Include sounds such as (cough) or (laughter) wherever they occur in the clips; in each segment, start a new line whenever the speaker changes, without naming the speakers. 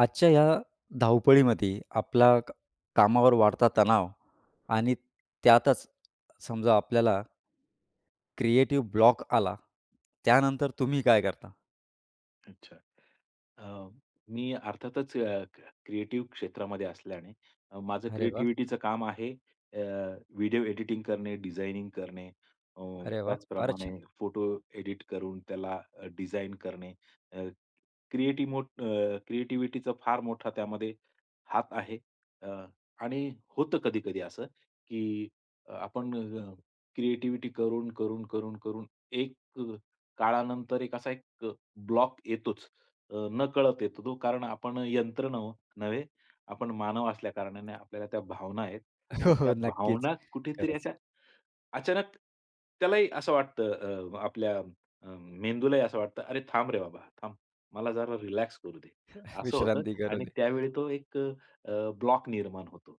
आजच्या या धावपळीमध्ये आपला कामावर वाढता तणाव आणि त्यातच समजा आपल्याला क्रिएटिव्ह ब्लॉक आला त्यानंतर तुम्ही काय करता.
अच्छा. अ, मी अर्थातच क्रिएटिव्ह क्षेत्रामध्ये असल्याने माझं
अरे वा.
क्रिएटिव्हिटीचं काम आहे व्हिडिओ एडिटिंग करणे, डिझायनिंग करणे, अ,
अरे वा, फारच
त्याचप्रमाणे
छान.
फोटो एडिट करून त्याला करणे. अ, मोठ क्रिएटिव्हिटीचा फार मोठा त्यामध्ये हात आहे. अ, आणि होतं कधी-कधी असं, की आपण क्रिएटिव्हिटी करून, करून, करून, करून एक अ, काळानंतर एक असा एक ब्लॉक येतोच. नकळत येतो तो. कारण आपण यंत्र नव्हे, आपण मानव असल्या कारणाने आपल्याला त्या भावना आहेत
(laughs)
आणि
हो
त्या
हो नक्कीच.
भावना कुठेतरी
खरंच.
अशा अचानक त्यालाही असं वाटतं, आपल्या अ, मेंदूलाही असं वाटतं, "अरे थांब रे बाबा, थांब. मला जरा रिलॅक्स करू दे."
(laughs)
असं होतं
विश्रांती करू
आणि
दे.
त्यावेळी तो एक ब्लॉक निर्माण होतो.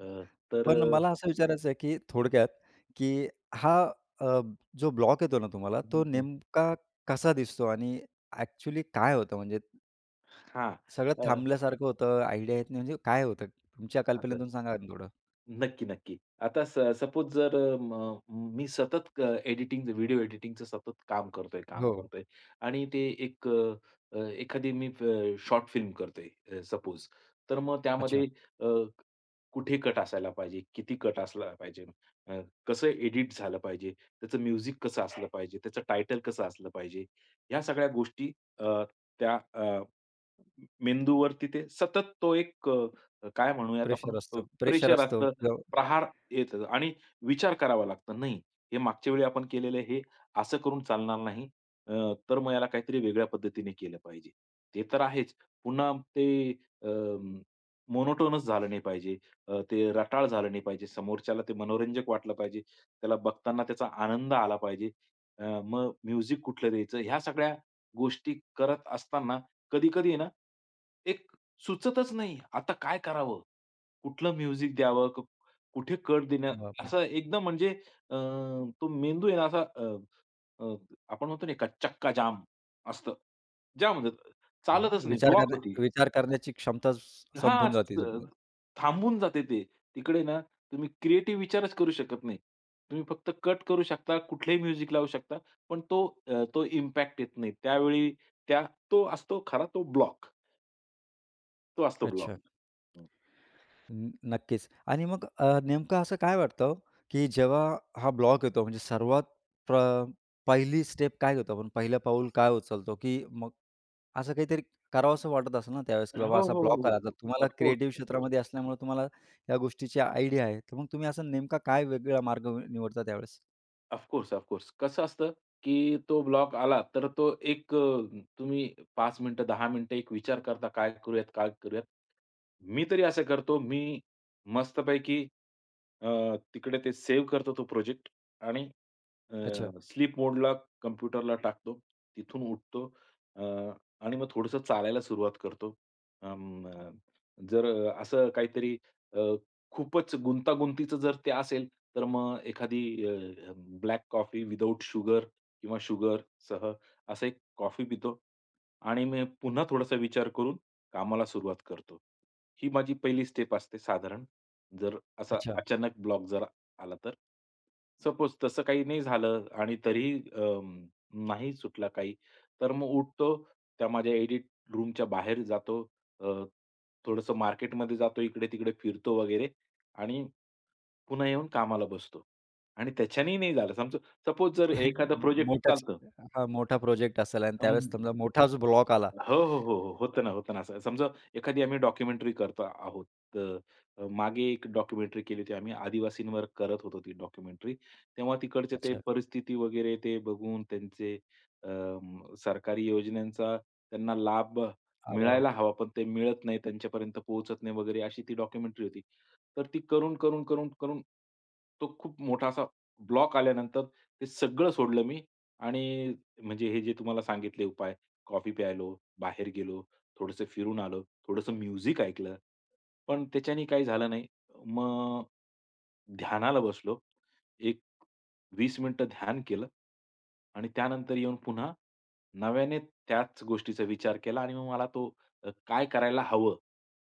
अ, तर
पण
अ,
मला असं विचारायचं आहे की थोडक्यात, की हा, अ, जो ब्लॉक येतो ना तुम्हाला
हं,
तो
हं.
नेमका कसा दिसतो आणि ऍक्च्युली काय होतं, म्हणजे
हां.
सगळं
अ,
थांबल्यासारखं होतं, आयडिया येत नाही म्हणजे काय होतं? तुमच्या
असं.
कल्पनेतून सांगा ना थोडं?
नक्की, नक्की. आता सपोज जर अ, म मी सतत एडिटिंग व्हिडिओ एडिटिंगचं सतत काम करतोय, काम
हो.
करतोय आणि ते एक अ, अ, एखादी मी शॉर्ट फिल्म करतोय, सपोज. तर मग त्यामध्ये
अच्छा.
कुठे कट असायला पाहिजे? किती कट असला पाहिजे? अ, कसं एडिट झालं पाहिजे? त्याचं म्युझिक कसं असलं पाहिजे? त्याचं टायटल कसं असलं पाहिजे? ह्या सगळ्या गोष्टी अ, त्या अ, मेंदूवरती ते सतत तो एक काय म्हणूयात आपण
प्रेशर असतो प्रेशर
प्रेशर
असतो.
असतं, प्रहार येतं आणि विचार करावा लागतो. नाही, हे मागच्या वेळी आपण केलेलं हे असं करून चालणार नाही. अ, तर मग याला काहीतरी वेगळ्या पद्धतीने केलं पाहिजे. ते तर आहेच. पुन्हा ते मोनोटोनच झालं नाही पाहिजे. ते रटाळ झालं नाही पाहिजे. समोरच्याला ते मनोरंजक वाटलं पाहिजे. त्याला बघताना त्याचा आनंद आला पाहिजे. मग म्युझिक कुठलं द्यायचं? ह्या सगळ्या गोष्टी करत असताना कधी-कधी ना, एक सुचतच नाही. आता काय करावं? कुठलं म्युझिक द्यावं? कुठे कट देणं
बापरे!
असं एकदम म्हणजे, अ, तो मेंदू आहे ना असा, अ, अ, आपण म्हणतो ना, का चक्का जाम असतं. जाम होऊन जातं. चालतच नाही, ब्लॉक होती.
विचार करण्याची क्षमता
हां,
संपून जाते
स
जमून.
थांबून जाते ते. तिकडे ना तुम्ही क्रिएटिव्ह विचारच करू शकत नाही. तुम्ही फक्त कट करू शकता, कुठलंही म्युझिक लावू शकता, पण तो, तो इम्पॅक्ट येत नाही. त्यावेळी त्या तो असतो खरा तो ब्लॉक. तो असतो ब्लॉक.
अच्छा. नक्कीच. आणि मग नेमकं असं काय वाटतं, की जेव्हा हा ब्लॉक येतो म्हणजे सर्वात प्र पहिली स्टेप काय घेतो आपण? पहिलं पाऊल काय उचलतो? की मग असं काहीतरी करावंसं वाटत असेल ना त्यावेळेस, की बाबा
हो,
असा
हो,
ब्लॉक
हो,
आला, तर
हो.
तुम्हाला क्रिएटिव्ह क्षेत्रामध्ये असल्यामुळे तुम्हाला या गोष्टीची आयडिया आहे. तर मग तुम्ही असा नेमका काय वेगळा मार्ग निवडता त्यावेळेस?
Of course, of course. कसं असतं, की तो ब्लॉक आला, तर तो एक, तुम्ही 5 मिनिटं, 10 मिनिटं एक विचार करता, काय करूयात, काय करूयात? मी तरी असं करतो, मी मस्तपैकी अ, तिकडे ते सेव्ह करतो तो प्रोजेक्ट आणि
अच्छा,
स्लीप मोडला कॉम्प्युटरला टाकतो. तिथून उठतो अ, आणि मग थोडंसं चालायला सुरुवात करतो. अं, जर असं काहीतरी अ, खूपच गुंतागुंतीचं जर ते असेल, तर मग एखादी ब्लॅक कॉफी विथआऊट शुगर किंवा शुगरसह असं एक कॉफी पितो आणि मग पुन्हा थोडासा विचार करून कामाला सुरुवात करतो. ही माझी पहिली स्टेप असते साधारण. जर असा
अच्छा.
अचानक ब्लॉक जर आला तर? सपोज तसं काही नाही झालं आणि तरीही अं, नाही सुटला काही, तर मग उठतो, त्या माझ्या एडिट रूमच्या बाहेर जातो, अ, थोडंसं मार्केटमध्ये जातो, इकडे-तिकडे फिरतो वगैरे आणि पुन्हा येऊन कामाला बसतो. आणि त्याच्यानेही नाही झालं समजा, सपोज जर
(laughs)
एखादा प्रोजेक्ट
मोठाच.
चालतं.
हां, मोठा प्रोजेक्ट असेल आणि त्यावेळेस समजा मोठाच ब्लॉक आला.
हो, हो, हो, हो. होतं ना, होतं ना. असं समजा, एखादी आम्ही डॉक्युमेंटरी करतो आहोत. तर मागे एक डॉक्युमेंटरी केली होती आम्ही. आदिवासींवर करत होतो ती डॉक्युमेंटरी. तेव्हा तिकडचे ते
अच्छा.
परिस्थिती वगैरे ते बघून त्यांचे अं, सरकारी योजनांचा त्यांना लाभ
अ, वाह!
मिळायला हवा, पण ते मिळत नाही, त्यांच्यापर्यंत पोहोचत नाही वगैरे अशी ती डॉक्युमेंटरी होती. तर ती करून, करून, करून, करून तो खूप मोठा असा ब्लॉक आल्यानंतर ते सगळं सोडलं मी आणि म्हणजे हे जे तुम्हाला सांगितले उपाय, कॉफी प्यायलो, बाहेर गेलो, थोडंसं फिरून आलो, थोडंसं म्युझिक ऐकलं, पण त्याच्याने काही झालं नाही. मग ध्यानाला बसलो. एक 20 मिनिटं ध्यान केलं आणि त्यानंतर येऊन पुन्हा नव्याने त्याच गोष्टीचा विचार केला आणि मग मला तो, काय करायला हवं,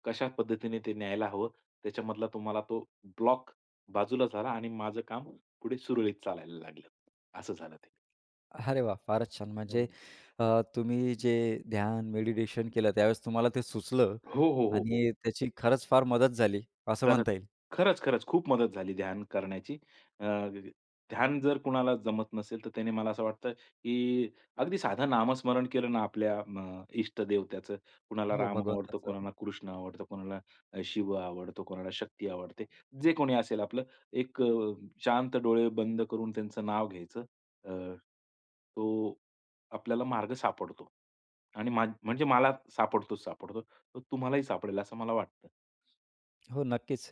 कशा पद्धतीने ते न्यायला हवं, त्याच्यामधला तो मला तो ब्लॉक बाजूला झाला आणि माझं काम पुढे सुरळीत चालायला लागलं. असं झालं ते.
अरे वाह! फारच छान.
हम्म.
म्हणजे तुम्ही जे ध्यान, मेडिटेशन केलं त्यावेळेस तुम्हाला ते सुचलं
हो, हो, हो, हो.
आणि त्याची खरंच फार मदत झाली, असं
खरंच.
म्हणता येईल.
खरंच, खरंच खूप मदत झाली ध्यान करण्याची. अ, ध्यान जर कुणाला जमत नसेल, तर त्याने मला असं वाटतं, की अगदी साधं नामस्मरण केलं ना आपल्या, इष्ट देवत्याचं, कुणाला
हो,
राम आवडतो,
भगवंताचं.
कुणाला कृष्ण आवडतो, कोणाला, शिव आवडतो, कोणाला शक्ती आवडते. जे कोणी असेल आपलं एक, शांत डोळे बंद करून त्यांचं नाव घ्यायचं. अ, तो आपल्याला मार्ग सापडतो आणि म्हणजे मला सापडतोच सापडतो. तो तुम्हालाही सापडेल असं मला वाटतं.
हो, नक्कीच.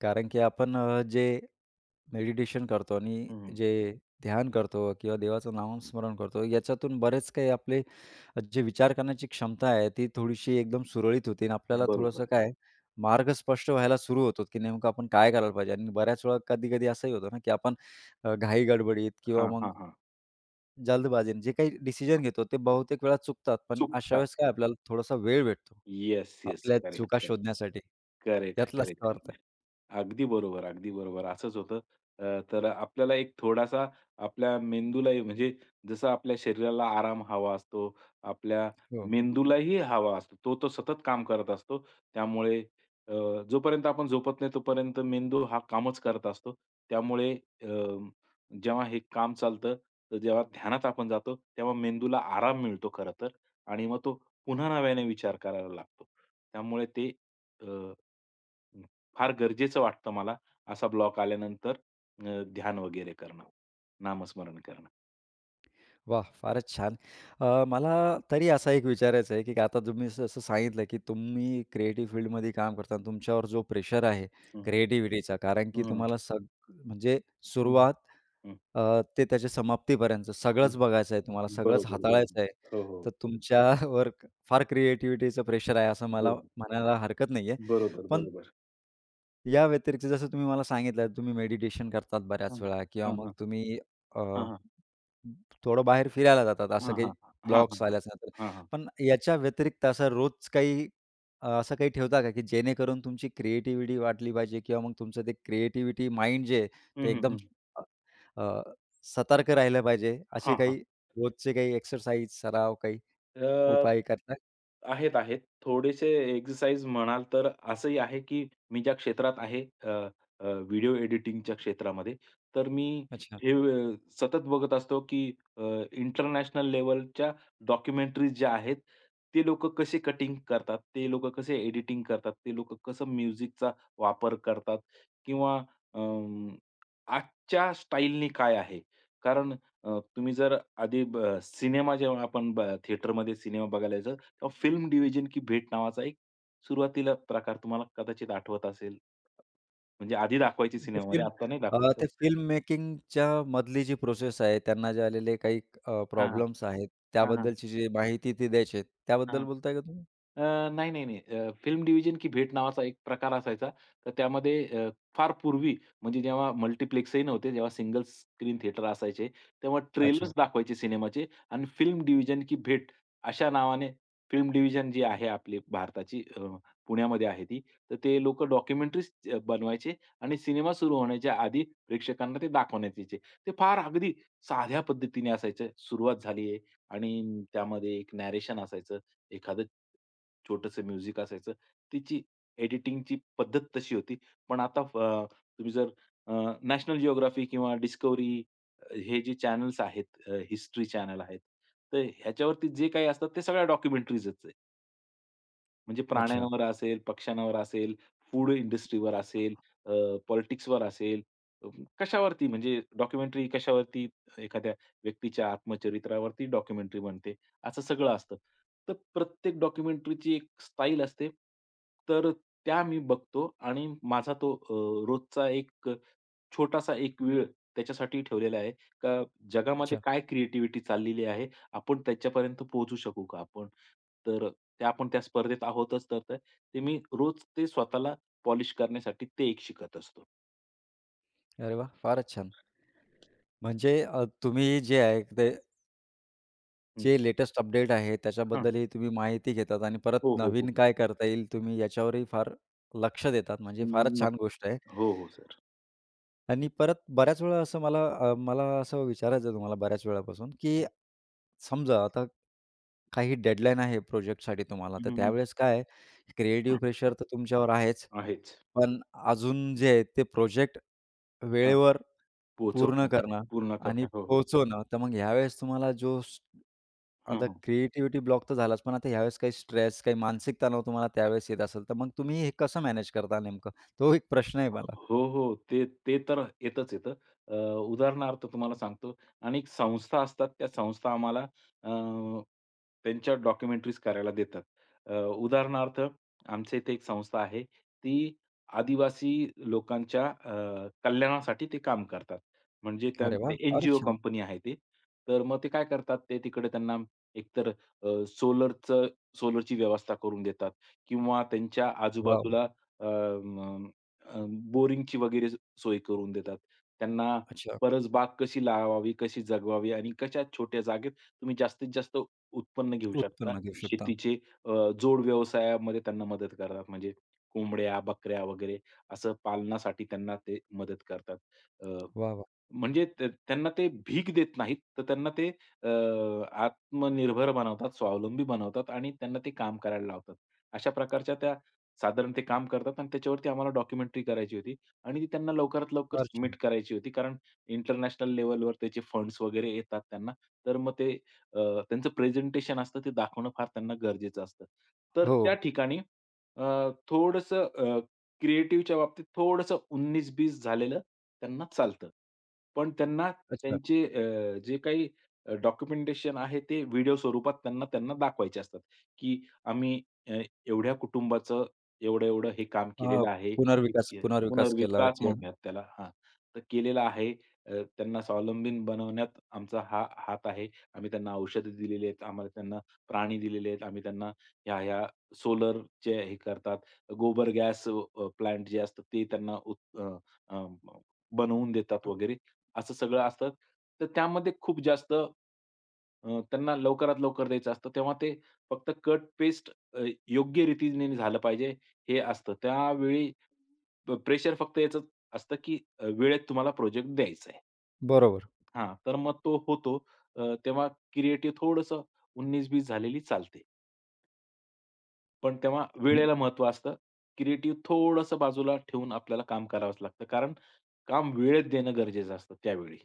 कारण की आपण जे मेडिटेशन करतो आणि
हं.
जे ध्यान करतो किंवा देवाचं नामस्मरण करतो, याच्यातून बरेच काही आपले जे विचार करण्याची क्षमता आहे, ती थोडीशी एकदम सुरळीत होते आणि आपल्याला थोडंसं
बरोबर.
काय आहे, मार्ग स्पष्ट व्हायला सुरू होतो, की नेमकं आपण काय करायला पाहिजे. आणि बऱ्याच वेळा कधी-कधी असंही होतं ना, की आपण घाई-गडबडीत किंवा
हां,
मग
हा, हां.
जल्दबाजीने जे काही डिसिजन घेतो, ते बहुतेक वेळा चुकतात. पण अशा
चुकतात.
वेळेस काय आपल्याला थोडासा वेळ भेटतो,
येस, येस.
आपल्या
करेक्ट,
चुका
करेक्ट.
शोधण्यासाठी.
करेक्ट,
यातलाच तो
करेक्ट.
अर्थ आहे.
अगदी बरोबर, अगदी बरोबर. असंच होतं. तर आपल्याला एक थोडासा आपल्या मेंदूलाही म्हणजे जसं आपल्या शरीराला आराम हवा असतो, आपल्या
हो.
मेंदूलाही हवा असतो. तो तो सतत काम करत असतो. त्यामुळे अ, जोपर्यंत आपण झोपत नाही तोपर्यंत मेंदू हा कामच करत असतो. त्यामुळे अ, जेव्हा हे काम चालतं, तर जेव्हा ध्यानात आपण जातो, तेव्हा मेंदूला आराम मिळतो खरं तर आणि मग तो पुन्हा नव्याने विचार करायला लागतो. त्यामुळे ते, अ, हं, फार गरजेचं वाटतं मला असा ब्लॉक आल्यानंतर, ध्यान वगैरे करणं, नामस्मरण करणं.
वाह! फारच छान. मला तरी असा एक विचारायचं आहे, की आता तुम्ही जसं सांगितलं, की तुम्ही क्रिएटिव्ह फील्डमध्ये काम करता आणि तुमच्यावर जो प्रेशर आहे
हं, हं.
क्रिएटिव्हिटीचा, कारण की
हं,
तुम्हाला म्हणजे
हं, हं.
सुरुवात, ते त्याच्या समाप्तीपर्यंत
हं.
सगळंच बघायचं आहे, तुम्हाला सगळंच
बरोबर,
हाताळायचं आहे.
बरोबर. हो, हो.
तर तुमच्यावर फार क्रिएटिव्हिटीचं प्रेशर आहे, असं मला
बरोबर,
म्हणायला हरकत नाहीये.
बरोबर,
पण
बरोबर.
या व्यतिरिक्त जसं तुम्ही मला सांगितलं, तुम्ही मेडिटेशन करतात बऱ्याच
हां,
वेळा किंवा
हां,
मग
हां.
तुम्ही अ,
हां, हां.
थोडं बाहेर फिरायला जातात, असं
हां,
काही
हां. हां, हां,
ब्लॉग्स
हां.
आल्याच नंतर.
हां, हां.
पण याच्या व्यतिरिक्त असं रोज काही असं काही ठेवता का, की जेणेकरून तुमची क्रिएटिव्हिटी वाढली पाहिजे किंवा मग तुमचं ते क्रिएटिव्हिटी माइंड जे आहे,
हं,
ते
हं,
एकदम
हं.
अ, अ, सतर्क राहिलं पाहिजे, असे
हां, हां.
काही रोजचे काही एक्सरसाइज, सराव, काही
अ,
उपाय करता?
आहेत, आहेत. थोडेसे एक्सरसाइज म्हणाल तर असंही आहे, की मी ज्या क्षेत्रात आहे व्हिडिओ एडिटिंगच्या क्षेत्रामध्ये, तर मी
अच्छा.
हे, सतत बघत असतो, की इंटरनॅशनल लेव्हलच्या डॉक्युमेंटरीज ज्या आहेत, ते लोकं कसे कटिंग करतात, ते लोकं कसे एडिटिंग करतात, ते लोकं कसं म्युझिकचा वापर करतात किंवा अं, आजच्या स्टाईलनी काय आहे? कारण तुम्ही जर आधी सिनेमा जेव्हा आपण थिएटरमध्ये सिनेमा बघायला जायचो, तेव्हा फिल्म डिव्हिजन की भेट नावाचा एक सुरुवातीला प्रकार तुम्हाला कदाचित आठवत असेल. म्हणजे आधी दाखवायचे
ते
सिनेमामध्ये,
फिल्म,
आत्ता नाही दाखवत.
ते फिल्म मेकिंगच्या मधली जी प्रोसेस आहे, त्यांना जे आलेले काही
हां, हां.
प्रॉब्लेम्स आहेत,
हां,
त्याबद्दलची जी माहिती ती द्यायची आहे.
हां.
त्याबद्दल बोलताय का तुम्ही?
अ, नाही, नाही, नाही. फिल्म डिव्हिजन की भेट नावाचा एक प्रकार असायचा. तर त्यामध्ये फार पूर्वी म्हणजे जेव्हा मल्टिप्लेक्सही नव्हते, जेव्हा सिंगल स्क्रीन थिएटर असायचे, तेव्हा
अच्छा,
ट्रेलर्स दाखवायचे सिनेमाचे आणि फिल्म डिव्हिजन की भेट अशा नावाने फिल्म डिव्हिजन जी आहे आपली भारताची, पुण्यामध्ये आहे ती. तर ते लोकं डॉक्युमेंटरीज बनवायचे आणि सिनेमा सुरू होण्याच्या आधी प्रेक्षकांना ते दाखवण्यात यायचे. ते फार अगदी साध्या पद्धतीने असायचं. सुरुवात झाली आहे आणि त्यामध्ये एक नॅरेशन असायचं. एखादं छोटंसं म्युझिक असायचं. तिची एडिटिंगची पद्धत तशी होती. पण आता, तुम्ही जर अ, नॅशनल जिओग्राफी किंवा डिस्कव्हरी हे जे चॅनल्स आहेत, हिस्ट्री चॅनल आहेत, तर ह्याच्यावरती जे काही असतात ते सगळ्या डॉक्युमेंटरीजच, म्हणजे
अच्छा,
प्राण्यांवर असेल, पक्ष्यांवर असेल, फूड इंडस्ट्रीवर असेल, अ, पॉलिटिक्सवर असेल, अ, कशावरती म्हणजे डॉक्युमेंटरी कशावरती, एखाद्या व्यक्तीच्या आत्मचरित्रावरती डॉक्युमेंटरी बनते, असं सगळं असतं. तर प्रत्येक डॉक्युमेंटरीची एक स्टाईल असते. तर त्या मी बघतो आणि माझा तो, रोजचा एक छोटासा एक वेळ त्याच्यासाठी ठेवलेला आहे, का जगामध्ये
अच्छा.
काय क्रिएटिव्हिटी चाललेली आहे, आपण त्याच्यापर्यंत पोहोचू शकू का आपण? तर ते आपण त्या स्पर्धेत आहोतच, तर ते ते मी रोज ते स्वतःला पॉलिश करण्यासाठी ते एक शिकत असतो.
अरे वाह! फारच छान. म्हणजे तुम्ही जे आहे ते
हं.
जे लेटेस्ट अपडेट आहे,
हां.
त्याच्याबद्दलही तुम्ही माहिती घेतात आणि परत
हो, हो, हो.
नवीन काय करता येईल, तुम्ही याच्यावरही फार लक्ष देतात. म्हणजे
अं,
फारच छान
नक्की.
गोष्ट आहे.
हो, हो सर.
आणि परत बऱ्याच वेळा असं मला, मला असं विचारायचं आहे तुम्हाला बऱ्याच वेळापासून, की समजा आता काही डेडलाईन आहे प्रोजेक्टसाठी तुम्हाला,
हं,
तर
हं, हं.
त्यावेळेस काय क्रिएटिव्ह प्रेशर तर तुमच्यावर आहेच,
आहेच.
पण अजून जे आहे ते प्रोजेक्ट
हां,
वेळेवर पूर्ण
पोहोचवणं,
करणं
पूर्ण
आणि
करणं. हो, हो.
पोहोचवणं. तर मग ह्यावेळेस तुम्हाला जो
हं,
आता
हं.
क्रिएटिव्हिटी ब्लॉक तर झालाच, पण आता ह्यावेळेस काही स्ट्रेस, काही मानसिक तणाव तुम्हाला त्यावेळेस येत असेल, तर मग तुम्ही हे कसं मॅनेज करता नेमकं? तो एक प्रश्न आहे मला.
हो, हो. ते ते तर येतच येतं. अ, उदाहरणार्थ तुम्हाला सांगतो, अनेक संस्था असतात, त्या संस्था आम्हाला अ, त्यांच्या डॉक्युमेंटरीज करायला देतात. उदाहरणार्थ आमच्या इथे एक संस्था आहे, ती आदिवासी लोकांच्या, कल्याणासाठी ते काम करतात. म्हणजे त्या
अरे वाह! फारच
ते
छान.
कंपनी आहे ती. तर मग ते काय करतात, ते तिकडे त्यांना एकतर अ, सोलरचं सोलरची व्यवस्था करून देतात किंवा त्यांच्या
वॉव!
आजूबाजूला अ, बोरिंगची वगैरे सोय करून देतात. त्यांना
अच्छा.
परसबाग कशी लावावी, कशी जगवावी आणि कशा छोट्या जागेत तुम्ही जास्तीत जास्त उत्पन्न घेऊ शकता.
उत्पन्न घेऊ शकता.
शेतीचे जोड व्यवसायामध्ये त्यांना मदत करतात. म्हणजे कोंबड्या, बकऱ्या वगैरे असं पालनासाठी त्यांना ते मदत करतात.
वाह, वाह!
म्हणजे त्यांना ते भीक देत नाहीत, तर त्यांना ते, अ, आत्मनिर्भर बनवतात, स्वावलंबी बनवतात आणि त्यांना ते काम करायला लावतात. अशा प्रकारच्या त्या साधारण ते काम करतात आणि त्याच्यावरती आम्हाला डॉक्युमेंटरी करायची होती आणि ती त्यांना लवकरात लवकर
फार
सबमिट
छान.
करायची होती. कारण इंटरनॅशनल लेव्हलवर त्याचे फंड्स वगैरे येतात त्यांना. तर मग ते, अ, त्यांचं प्रेझेंटेशन असतं ते दाखवणं फार त्यांना गरजेचं असतं. तर
हो.
त्या ठिकाणी, अ, थोडंसं क्रिएटिव्हच्या बाबतीत थोडंसं 19-20 झालेलं त्यांना चालतं. पण त्यांना
अच्छा.
त्यांचे, जे काही डॉक्युमेंटेशन आहे ते व्हिडिओ स्वरूपात त्यांना त्यांना दाखवायचे असतात, की आम्ही, अ, एवढ्या कुटुंबाचं एवढं-एवढं हे काम
अ,
केलेलं आहे.
पुनर्विकास
इतके
पुनर्विकास केला
पुनर्विकास
की.
म्हणूयात त्याला हां. तर केलेलं आहे. त्यांना स्वावलंबीन बनवण्यात आमचा हा हात आहे. आम्ही त्यांना औषधं दिलेली आहेत. आम्हाला त्यांना प्राणी दिलेले आहेत. आम्ही त्यांना ह्या-ह्या सोलरचे हे करतात. गोबर गॅस प्लांट जे असतात ते त्यांना अ, बनवून देतात वगैरे असं सगळं असतं. तर त्यामध्ये खूप जास्त, त्यांना लवकरात लवकर द्यायचं असतं. तेव्हा ते फक्त कट पेस्ट योग्य रीतीने झालं पाहिजे हे असतं. त्यावेळी प्रेशर फक्त याचंच असतं, की वेळेत तुम्हाला प्रोजेक्ट द्यायचा आहे.
बरोबर.
हां, तर मग तो होतो. तेव्हा क्रिएटिव्ह थोडंसं 19-20 झालेली चालते. पण तेव्हा
हम्म,
वेळेला महत्व असतं. क्रिएटिव्ह थोडंसं बाजूला ठेवून आपल्याला काम करावंच लागतं. कारण काम वेळेत देणं गरजेचं असतं त्यावेळी.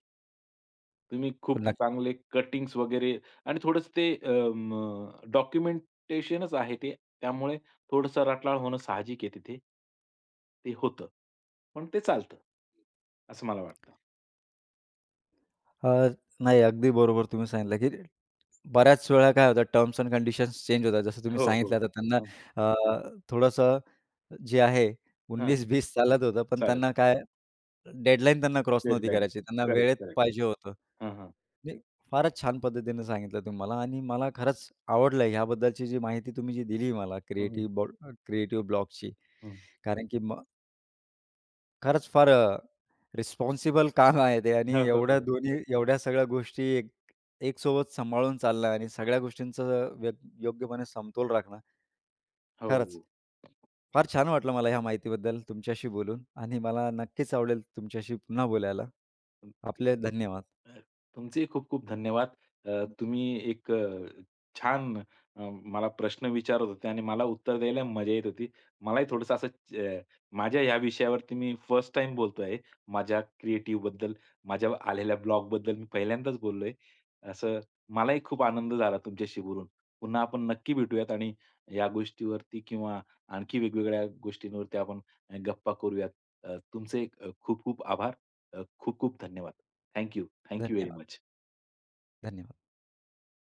तुम्ही खूप
नक्की.
चांगले कटिंग्स वगैरे आणि थोडंसं ते अं, डॉक्युमेंटेशनच आहे ते. त्यामुळे थोडंसं रटाळ होणं साहजिक आहे तिथे. ते होतं. पण ते चालतं. असं मला वाटतं.
अ, नाही, अगदी बरोबर तुम्ही सांगितलं की बऱ्याच वेळा काय होतं, टर्म्स एंड कंडिशन्स चेंज होतात. जसं तुम्ही
हो,
सांगितलं
हो.
आता त्यांना,
हं,
थोडंसं जे आहे
हां,
उन्नीस 20 चालत होतं, पण
चालेल.
त्यांना काय डेडलाईन त्यांना क्रॉस नव्हती
डेडलाईन.
करायची. त्यांना
करेक्ट,
वेळेत
करेक्ट.
पाहिजे होतं.
हां, हां.
नाही, फारच छान पद्धतीने सांगितलं तुम्ही मला आणि मला खरंच आवडलं ह्याबद्दलची जी माहिती तुम्ही जी दिली मला
हं.
क्रिएटिव्ह ब्लॉकची.
हं.
कारण की मग खरंच फार, रिस्पॉन्सिबल काम आहे ते आणि
हो, हो, हो.
एवढ्या दोन्ही एवढ्या सगळ्या गोष्टी एकसोबत सांभाळून चालणं आणि सगळ्या गोष्टींचं योग्यपणे समतोल राखणं खरंच.
हो.
फार छान वाटलं मला ह्या माहितीबद्दल तुमच्याशी बोलून आणि मला नक्कीच आवडेल तुमच्याशी पुन्हा बोलायला.
अ,
आपले धन्यवाद,
तुमचे खूप-खूप धन्यवाद. तुम्ही एक, छान, अ, मला प्रश्न विचारत होते आणि मला उत्तर द्यायला मजा येत होती. मलाही थोडंसं असं माझ्या ह्या विषयावरती मी फर्स्ट टाईम बोलतोय. माझ्या क्रिएटिव्ह बद्दल, माझ्या आलेल्या ब्लॉग बद्दल मी पहिल्यांदाच बोललोय. असं मलाही खूप आनंद झाला तुमच्याशी बोलून. पुन्हा आपण नक्की भेटूयात आणि या गोष्टीवरती किंवा आणखी वेगवेगळ्या गोष्टींवरती आपण, गप्पा करूयात. तुमचे, खूप-खूप आभार. खूप खूप धन्यवाद. Thank you. Thank you very
धन्यवाद,
मच.
धन्यवाद.